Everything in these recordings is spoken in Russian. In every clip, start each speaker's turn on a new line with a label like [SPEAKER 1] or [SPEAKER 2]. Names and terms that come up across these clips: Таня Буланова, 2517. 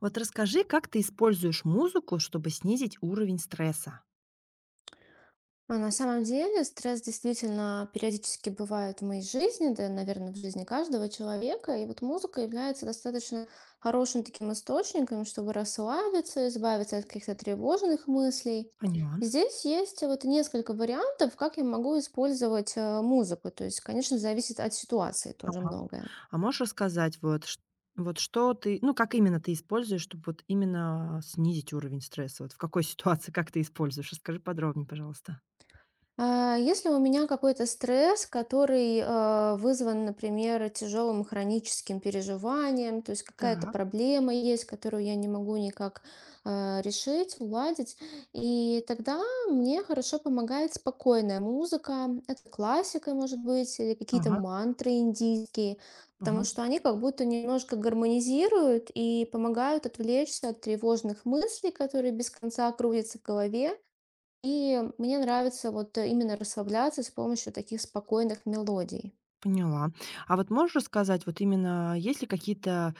[SPEAKER 1] Вот расскажи, как ты используешь музыку, чтобы снизить уровень стресса?
[SPEAKER 2] На самом деле стресс действительно периодически бывает в моей жизни, да, наверное, в жизни каждого человека. И вот музыка является достаточно хорошим таким источником, чтобы расслабиться, избавиться от каких-то тревожных мыслей.
[SPEAKER 1] Поняла.
[SPEAKER 2] Здесь есть вот несколько вариантов, как я могу использовать музыку. То есть, конечно, зависит от ситуации тоже
[SPEAKER 1] Ага.
[SPEAKER 2] многое.
[SPEAKER 1] А можешь рассказать, вот, вот что ты, ну, как именно ты используешь, чтобы вот именно снизить уровень стресса? Вот в какой ситуации, как ты используешь? Расскажи подробнее, пожалуйста.
[SPEAKER 2] Если у меня какой-то стресс, который вызван, например, тяжелым хроническим переживанием, то есть какая-то
[SPEAKER 1] Так.
[SPEAKER 2] проблема есть, которую я не могу никак решить, уладить, и тогда мне хорошо помогает спокойная музыка, это классика, может быть, или какие-то
[SPEAKER 1] Ага.
[SPEAKER 2] мантры индийские,
[SPEAKER 1] Ага.
[SPEAKER 2] потому что они как будто немножко гармонизируют и помогают отвлечься от тревожных мыслей, которые без конца крутятся в голове. И мне нравится вот именно расслабляться с помощью таких спокойных мелодий.
[SPEAKER 1] Поняла. А вот можешь рассказать, вот именно есть ли какие-то,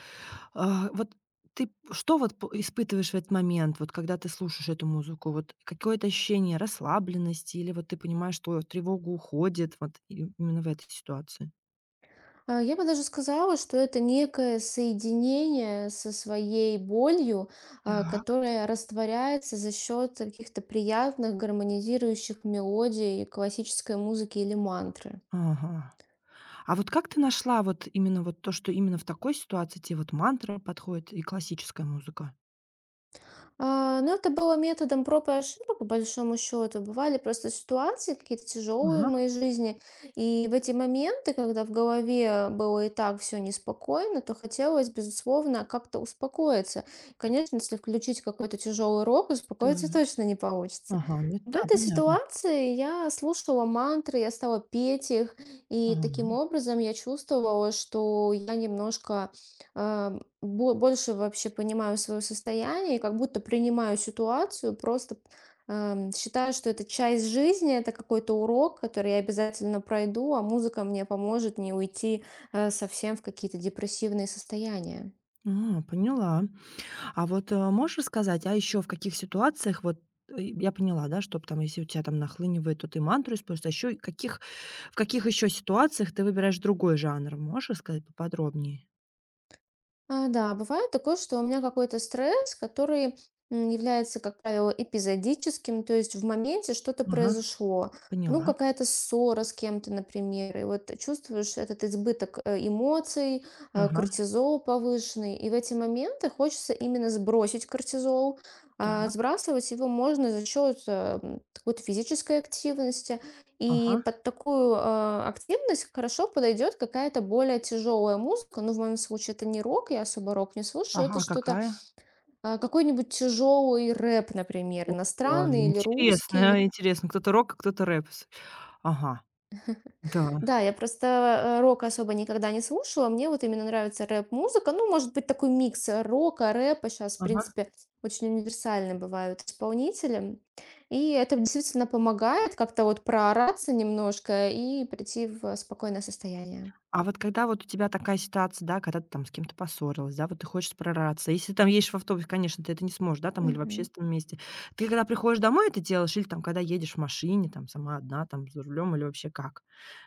[SPEAKER 1] вот ты что вот п испытываешь в этот момент, вот когда ты слушаешь эту музыку? Вот какое-то ощущение расслабленности или вот ты понимаешь, что тревога уходит вот и именно в этой ситуации?
[SPEAKER 2] Я бы даже сказала, что это некое соединение со своей болью,
[SPEAKER 1] Так.
[SPEAKER 2] которая растворяется за счет каких-то приятных гармонизирующих мелодий классической музыки или мантры.
[SPEAKER 1] Ага. А вот как ты нашла вот именно вот то, что именно в такой ситуации те вот мантра подходит и классическая музыка?
[SPEAKER 2] Ну, это было методом проб и ошибок, по большому счету. Бывали просто ситуации какие-то тяжелые в
[SPEAKER 1] Ага,
[SPEAKER 2] моей жизни. И в эти моменты, когда в голове было и так все неспокойно, то хотелось, безусловно, как-то успокоиться. Конечно, если включить какой-то тяжелый рок,
[SPEAKER 1] так.
[SPEAKER 2] успокоиться точно не получится.
[SPEAKER 1] Ага, ну это
[SPEAKER 2] В
[SPEAKER 1] да,
[SPEAKER 2] этой
[SPEAKER 1] понятно.
[SPEAKER 2] ситуации я слушала мантры, я стала петь их, и таким
[SPEAKER 1] Ага.
[SPEAKER 2] образом я чувствовала, что я немножко а, бо больше вообще понимаю свое состояние и как будто принимаю ситуацию, просто считаю, что это часть жизни, это какой-то урок, который я обязательно пройду, а музыка мне поможет не уйти совсем в какие-то депрессивные состояния.
[SPEAKER 1] А, поняла. А вот, можешь рассказать, а еще в каких ситуациях вот, я поняла, да, что там, если у тебя там нахлынивает, то ты мантру используешь, а еще каких в каких еще ситуациях ты выбираешь другой жанр? Можешь рассказать поподробнее?
[SPEAKER 2] Да, бывает такое, что у меня какой-то стресс, который является, как правило, эпизодическим, то есть в моменте что-то
[SPEAKER 1] Ага,
[SPEAKER 2] произошло. Ну,
[SPEAKER 1] поняла.
[SPEAKER 2] какая-то ссора с кем-то, например, и вот чувствуешь этот избыток эмоций,
[SPEAKER 1] Ага,
[SPEAKER 2] кортизол повышенный, и в эти моменты хочется именно сбросить кортизол.
[SPEAKER 1] так,
[SPEAKER 2] Сбрасывать его можно за счет какой-то физической активности, и
[SPEAKER 1] ага.
[SPEAKER 2] под такую, активность хорошо подойдет какая-то более тяжелая музыка. Ну, в моем случае это не рок, я особо рок не слушаю, это
[SPEAKER 1] Ага,
[SPEAKER 2] что-то,
[SPEAKER 1] какая?
[SPEAKER 2] какой-нибудь тяжелый рэп, например,
[SPEAKER 1] О,
[SPEAKER 2] иностранный или русский.
[SPEAKER 1] интересно интересно. Кто-то рок, а кто-то рэп. Ага, да,
[SPEAKER 2] Да, я просто, рок особо никогда не слушала, мне вот именно нравится рэп-музыка. Ну, может быть, такой микс рока, рэпа. Сейчас, в
[SPEAKER 1] ага.
[SPEAKER 2] принципе, очень универсальны бывают исполнители. И это действительно помогает как-то вот проораться немножко и прийти в спокойное состояние.
[SPEAKER 1] А вот когда вот у тебя такая ситуация, да, когда ты там с кем-то поссорилась, да, вот ты хочешь прораться. Если ты там едешь в автобусе, конечно, ты это не сможешь, да, там или в
[SPEAKER 2] Мгм.
[SPEAKER 1] общественном месте. Ты когда приходишь домой, это делаешь или там когда едешь в машине, там сама одна, там за рулем или вообще как?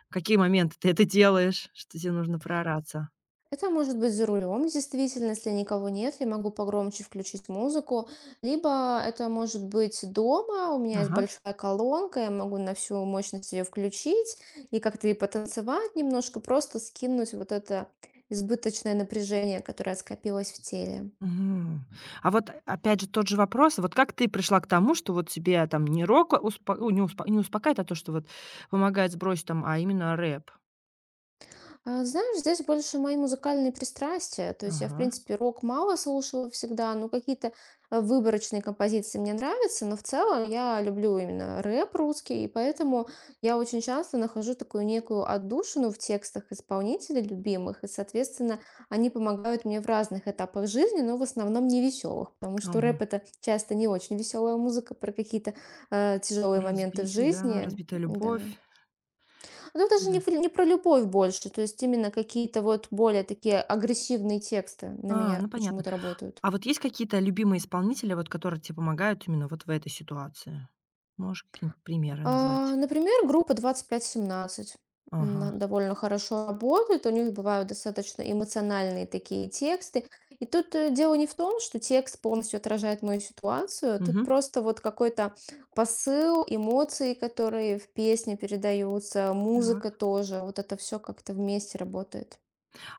[SPEAKER 1] В какие моменты ты это делаешь, что тебе нужно проораться?
[SPEAKER 2] Это может быть за рулем, действительно, если никого нет, я могу погромче включить музыку. Либо это может быть дома, у меня есть
[SPEAKER 1] Ага.
[SPEAKER 2] большая колонка, я могу на всю мощность ее включить и как-то и потанцевать немножко, просто скинуть вот это избыточное напряжение, которое скопилось в теле.
[SPEAKER 1] Мгм. А вот опять же тот же вопрос, вот как ты пришла к тому, что вот тебе там не рок ну, не, не успокаивает, а то, что вот помогает сбросить там, а именно рэп?
[SPEAKER 2] Знаешь, здесь больше мои музыкальные пристрастия. То есть я, в
[SPEAKER 1] Ага.
[SPEAKER 2] принципе, рок мало слушала всегда, но какие-то выборочные композиции мне нравятся, но в целом я люблю именно рэп русский, и поэтому я очень часто нахожу такую некую отдушину в текстах исполнителей любимых, и, соответственно, они помогают мне в разных этапах жизни, но в основном не веселых, потому что
[SPEAKER 1] Ага.
[SPEAKER 2] рэп это часто не очень веселая музыка про какие-то тяжелые моменты в
[SPEAKER 1] Разбитый, да,
[SPEAKER 2] жизни.
[SPEAKER 1] разбитая любовь,
[SPEAKER 2] Да. Ну, даже не,
[SPEAKER 1] да.
[SPEAKER 2] про- не про любовь больше, то есть именно какие-то вот более такие агрессивные тексты на
[SPEAKER 1] А,
[SPEAKER 2] меня
[SPEAKER 1] ну понятно.
[SPEAKER 2] почему-то работают.
[SPEAKER 1] А вот есть какие-то любимые исполнители, вот которые тебе помогают именно вот в этой ситуации? Можешь какие-нибудь примеры
[SPEAKER 2] А,
[SPEAKER 1] назвать?
[SPEAKER 2] например, группа 2517
[SPEAKER 1] Ага.
[SPEAKER 2] довольно хорошо работает, у них бывают достаточно эмоциональные такие тексты. И тут дело не в том, что текст полностью отражает мою ситуацию, тут
[SPEAKER 1] Мгм.
[SPEAKER 2] просто вот какой-то посыл, эмоции, которые в песне передаются,
[SPEAKER 1] Так.
[SPEAKER 2] музыка тоже, вот это все как-то вместе работает.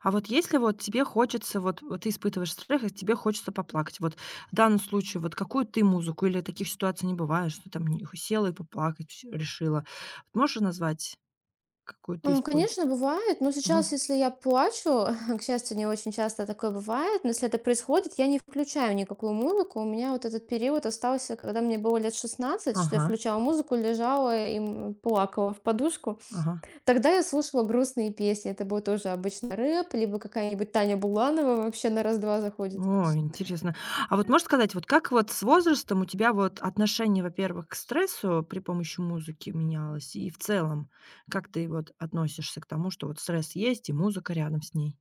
[SPEAKER 1] А вот если вот тебе хочется, вот, вот ты испытываешь страх, и тебе хочется поплакать, вот в данном случае, вот какую ты музыку или таких ситуаций не бывает, что там села и поплакать всё решила. Вот можешь назвать, какую ты используешь?
[SPEAKER 2] Конечно, бывает, но
[SPEAKER 1] Ага.
[SPEAKER 2] сейчас, если я плачу, к счастью, не очень часто такое бывает, но если это происходит, я не включаю никакую музыку. У меня вот этот период остался, когда мне было лет 16, что я
[SPEAKER 1] Ага.
[SPEAKER 2] включала музыку, лежала и плакала в подушку.
[SPEAKER 1] Ага.
[SPEAKER 2] Тогда я слушала грустные песни. Это был тоже обычно рэп, либо какая-нибудь Таня Буланова вообще на раз-два заходит.
[SPEAKER 1] О, интересно. А вот можешь сказать, вот как вот с возрастом у тебя вот отношение, во-первых, к стрессу при помощи музыки менялось? И в целом, как ты вот относишься к тому, что вот стресс есть и музыка рядом с ней?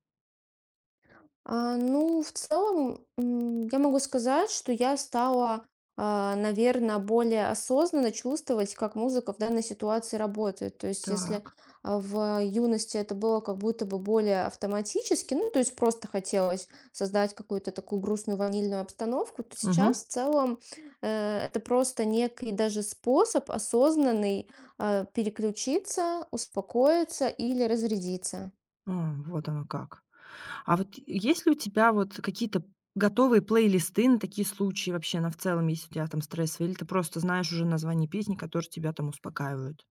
[SPEAKER 2] Ну, в целом, я могу сказать, что я стала, наверное, более осознанно чувствовать, как музыка в данной ситуации работает. То есть, если
[SPEAKER 1] Так.
[SPEAKER 2] в юности это было как будто бы более автоматически, ну, то есть просто хотелось создать какую-то такую грустную ванильную обстановку, то
[SPEAKER 1] Угу.
[SPEAKER 2] сейчас в целом это просто некий даже способ осознанный переключиться, успокоиться или разрядиться.
[SPEAKER 1] А, вот оно как. А вот есть ли у тебя вот какие-то готовые плейлисты на такие случаи вообще, на в целом, если у тебя там стресс, или ты просто знаешь уже название песни, которые тебя там успокаивают?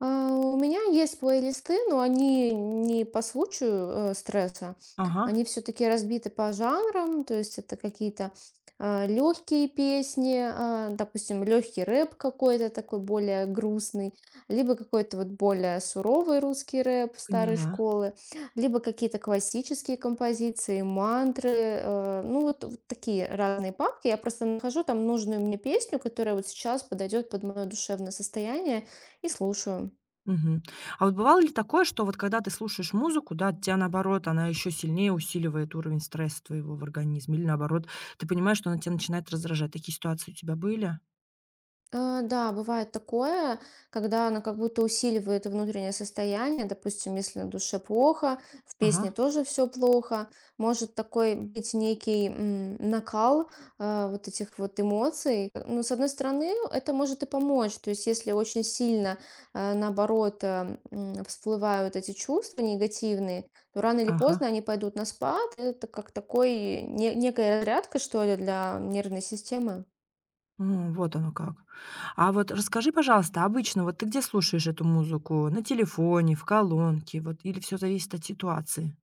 [SPEAKER 2] У меня есть плейлисты, но они не по случаю стресса.
[SPEAKER 1] Ага,
[SPEAKER 2] Они все-таки разбиты по жанрам, то есть это какие-то легкие песни, а, допустим, легкий рэп какой-то такой более грустный, либо какой-то вот более суровый русский рэп старой
[SPEAKER 1] поняла.
[SPEAKER 2] школы, либо какие-то классические композиции, мантры, ну вот, вот такие разные папки. Я просто нахожу там нужную мне песню, которая вот сейчас подойдет под мое душевное состояние и слушаю.
[SPEAKER 1] Мгм. А вот бывало ли такое, что вот когда ты слушаешь музыку, да, тебя наоборот, она еще сильнее усиливает уровень стресса твоего в организме, или наоборот, ты понимаешь, что она тебя начинает раздражать? Такие ситуации у тебя были?
[SPEAKER 2] Да, бывает такое, когда она как будто усиливает внутреннее состояние. Допустим, если на душе плохо, в
[SPEAKER 1] Ага,
[SPEAKER 2] песне тоже все плохо. Может такой быть некий накал вот этих вот эмоций. Но с одной стороны, это может и помочь. То есть, если очень сильно, наоборот, всплывают эти чувства негативные, то рано или
[SPEAKER 1] ага.
[SPEAKER 2] поздно они пойдут на спад. Это как такой не- некая разрядка, что ли, для нервной системы.
[SPEAKER 1] Вот оно как. А вот расскажи, пожалуйста, обычно вот ты где слушаешь эту музыку? На телефоне, в колонке, вот, или все зависит от ситуации?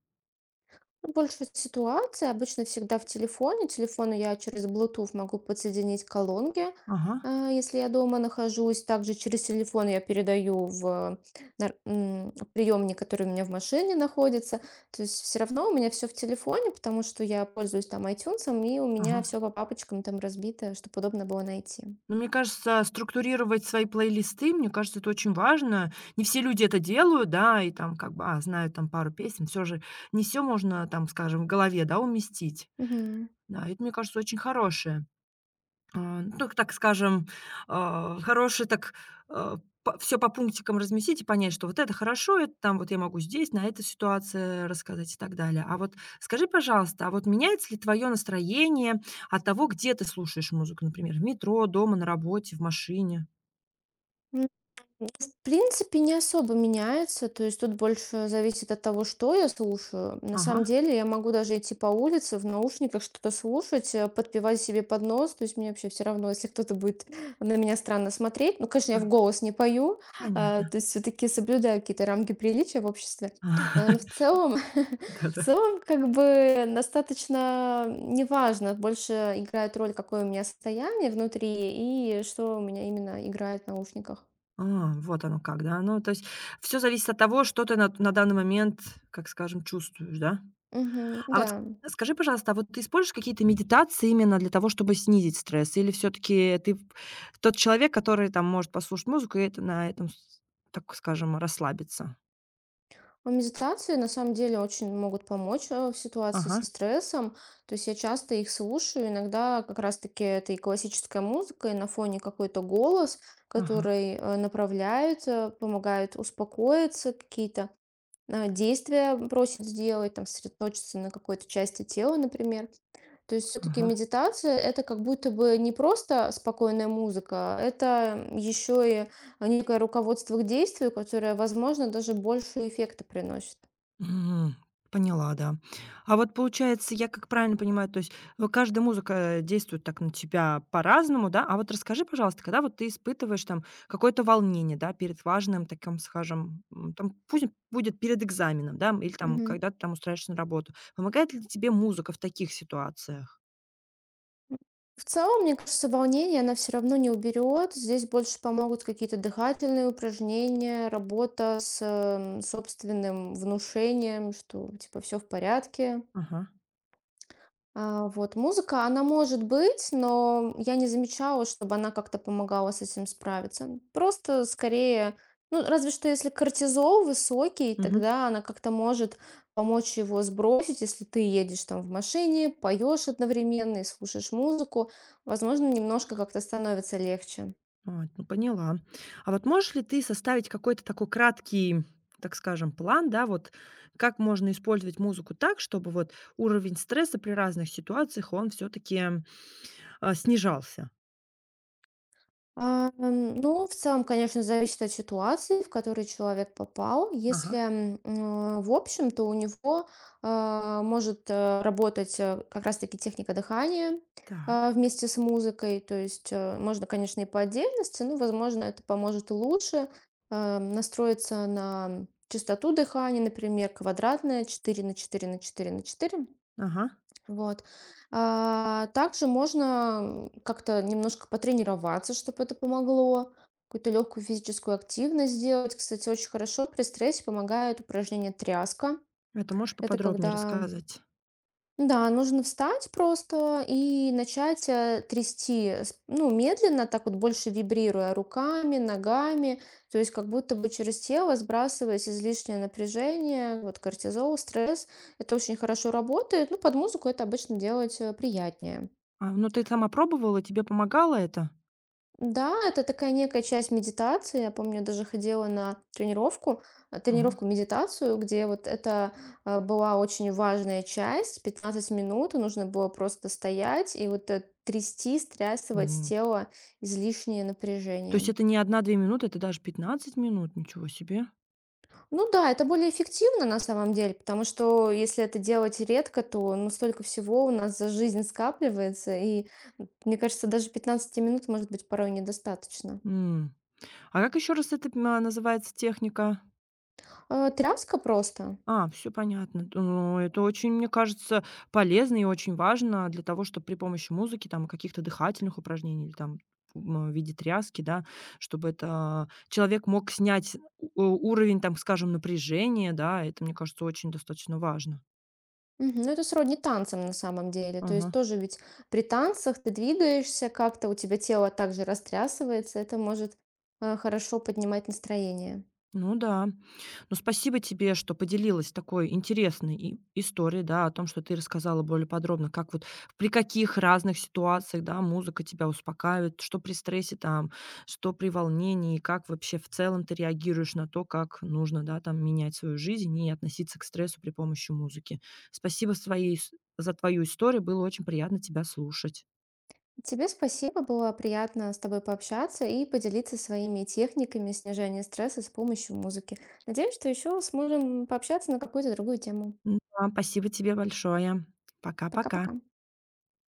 [SPEAKER 2] Ну, больше ситуация обычно всегда в телефоне. Телефону я через Bluetooth могу подсоединить к колонке,
[SPEAKER 1] Ага,
[SPEAKER 2] если я дома нахожусь. Также через телефон я передаю в приемник, который у меня в машине находится. То есть все равно у меня все в телефоне, потому что я пользуюсь там iTunes, и у меня
[SPEAKER 1] ага.
[SPEAKER 2] все по папочкам там разбито, чтобы удобно было найти.
[SPEAKER 1] Ну, мне кажется, структурировать свои плейлисты, мне кажется, это очень важно. Не все люди это делают, да, и там как бы, знают там пару песен. Все же не все можно там, скажем, в голове, да, уместить.
[SPEAKER 2] Мгм.
[SPEAKER 1] Да, это, мне кажется, очень хорошее. А, ну, так скажем, хороший так, все по пунктикам разместить и понять, что вот это хорошо, это там вот я могу здесь, на этой ситуации рассказать и так далее. А вот скажи, пожалуйста, а вот меняется ли твое настроение от того, где ты слушаешь музыку? Например, в метро, дома, на работе, в машине?
[SPEAKER 2] В принципе, не особо меняется. То есть тут больше зависит от того, что я слушаю. На
[SPEAKER 1] Ага,
[SPEAKER 2] самом деле я могу даже идти по улице в наушниках, что-то слушать, подпевать себе под нос. То есть мне вообще все равно, если кто-то будет на меня странно смотреть. Ну, конечно, я в
[SPEAKER 1] так,
[SPEAKER 2] голос не пою,
[SPEAKER 1] понятно.
[SPEAKER 2] то есть все-таки соблюдаю какие-то рамки приличия в обществе. Но в целом, в
[SPEAKER 1] Да-да.
[SPEAKER 2] целом, как бы достаточно неважно. Больше играет роль, какое у меня состояние внутри и что у меня именно играет в наушниках.
[SPEAKER 1] А, вот оно как, да. Ну, то есть все зависит от того, что ты на данный момент, как скажем, чувствуешь, да?
[SPEAKER 2] Мгм.
[SPEAKER 1] А вот
[SPEAKER 2] Да.
[SPEAKER 1] ск скажи, пожалуйста, а вот ты используешь какие-то медитации именно для того, чтобы снизить стресс? Или все таки ты тот человек, который там может послушать музыку и это на этом, с так скажем, расслабиться?
[SPEAKER 2] Медитации на самом деле очень могут помочь в ситуации
[SPEAKER 1] Ага,
[SPEAKER 2] со стрессом. То есть я часто их слушаю, иногда как раз-таки это и классическая музыка, и на фоне какой-то голос,
[SPEAKER 1] ага,
[SPEAKER 2] который направляет, помогает успокоиться, какие-то действия просит сделать, там, сосредоточиться на какой-то части тела, например. То есть все-таки
[SPEAKER 1] ага.
[SPEAKER 2] медитация это как будто бы не просто спокойная музыка, это еще и некое руководство к действию, которое, возможно, даже больше эффекта приносит.
[SPEAKER 1] М, поняла, да. А вот получается, я как правильно понимаю, то есть, каждая музыка действует так на тебя по-разному, да? А вот расскажи, пожалуйста, когда вот ты испытываешь там какое-то волнение, да, перед важным таким, скажем, там пусть будет перед экзаменом, да, или там
[SPEAKER 2] Мгм.
[SPEAKER 1] когда ты там устраиваешься на работу. Помогает ли тебе музыка в таких ситуациях?
[SPEAKER 2] В целом, мне кажется, волнение она все равно не уберет. Здесь больше помогут какие-то дыхательные упражнения, работа с собственным внушением, что типа все в порядке.
[SPEAKER 1] Ага.
[SPEAKER 2] Вот музыка, она может быть, но я не замечала, чтобы она как-то помогала с этим справиться. Просто скорее, ну, разве что если кортизол высокий,
[SPEAKER 1] Мгм.
[SPEAKER 2] тогда она как-то может помочь его сбросить, если ты едешь там в машине, поешь одновременно и слушаешь музыку, возможно, немножко как-то становится легче.
[SPEAKER 1] А, ну поняла. А вот можешь ли ты составить какой-то такой краткий, так скажем, план, да, вот как можно использовать музыку так, чтобы вот уровень стресса при разных ситуациях, он все-таки снижался?
[SPEAKER 2] Ну, в целом, конечно, зависит от ситуации, в которую человек попал.
[SPEAKER 1] Ага,
[SPEAKER 2] Если, в общем, то у него может работать как раз-таки техника дыхания
[SPEAKER 1] так,
[SPEAKER 2] вместе с музыкой. То есть можно, конечно, и по отдельности, но, возможно, это поможет лучше настроиться на частоту дыхания, например, квадратная 4 на 4 на 4 на 4.
[SPEAKER 1] ага.
[SPEAKER 2] Вот. Также можно как-то немножко потренироваться, чтобы это помогло. Какую-то легкую физическую активность сделать. Кстати, очень хорошо при стрессе помогает упражнение тряска.
[SPEAKER 1] Это можешь
[SPEAKER 2] Это
[SPEAKER 1] поподробнее
[SPEAKER 2] когда
[SPEAKER 1] рассказать?
[SPEAKER 2] да, нужно встать просто и начать трясти, ну, медленно, так вот больше вибрируя руками, ногами, то есть как будто бы через тело сбрасываясь излишнее напряжение, вот кортизол, стресс. Это очень хорошо работает, ну, под музыку это обычно делать приятнее.
[SPEAKER 1] А, ну ты сама пробовала, тебе помогало это?
[SPEAKER 2] Да, это такая некая часть медитации. Я помню, я даже ходила на тренировку,
[SPEAKER 1] Ага.
[SPEAKER 2] тренировку-медитацию, где вот это была очень важная часть. 15 минут и нужно было просто стоять и вот трясти, стрясывать с
[SPEAKER 1] М.
[SPEAKER 2] тела излишнее
[SPEAKER 1] То есть
[SPEAKER 2] напряжение.
[SPEAKER 1] это не 1-2 минуты, это даже 15 минут, ничего себе.
[SPEAKER 2] Ну да, это более эффективно на самом деле, потому что если это делать редко, то ну, столько всего у нас за жизнь скапливается, и мне кажется, даже 15 минут может быть порой недостаточно.
[SPEAKER 1] М. А как еще раз это называется техника?
[SPEAKER 2] Тряска просто.
[SPEAKER 1] А, все понятно. Т Ну, это очень, мне кажется, полезно и очень важно для того, чтобы при помощи музыки, там, каких-то дыхательных упражнений или, там, в виде тряски, да, чтобы это человек мог снять у уровень, там, скажем, напряжения, да. Это, мне кажется, очень достаточно важно.
[SPEAKER 2] Мгм. Ну, это сродни танцам на самом деле. То
[SPEAKER 1] Ага.
[SPEAKER 2] есть тоже ведь при танцах ты двигаешься как-то, у тебя тело также растрясывается, это может хорошо поднимать настроение.
[SPEAKER 1] Ну да. Ну, спасибо тебе, что поделилась такой интересной и историей, да, о том, что ты рассказала более подробно, как вот при каких разных ситуациях, да, музыка тебя успокаивает, что при стрессе там, что при волнении, как вообще в целом ты реагируешь на то, как нужно, да, там менять свою жизнь и относиться к стрессу при помощи музыки. Спасибо своей, за твою историю, было очень приятно тебя слушать.
[SPEAKER 2] Тебе спасибо, было приятно с тобой пообщаться и поделиться своими техниками снижения стресса с помощью музыки. Надеюсь, что еще сможем пообщаться на какую-то другую тему.
[SPEAKER 1] М, да, спасибо тебе большое. Пока-пока.
[SPEAKER 2] Пока-пока.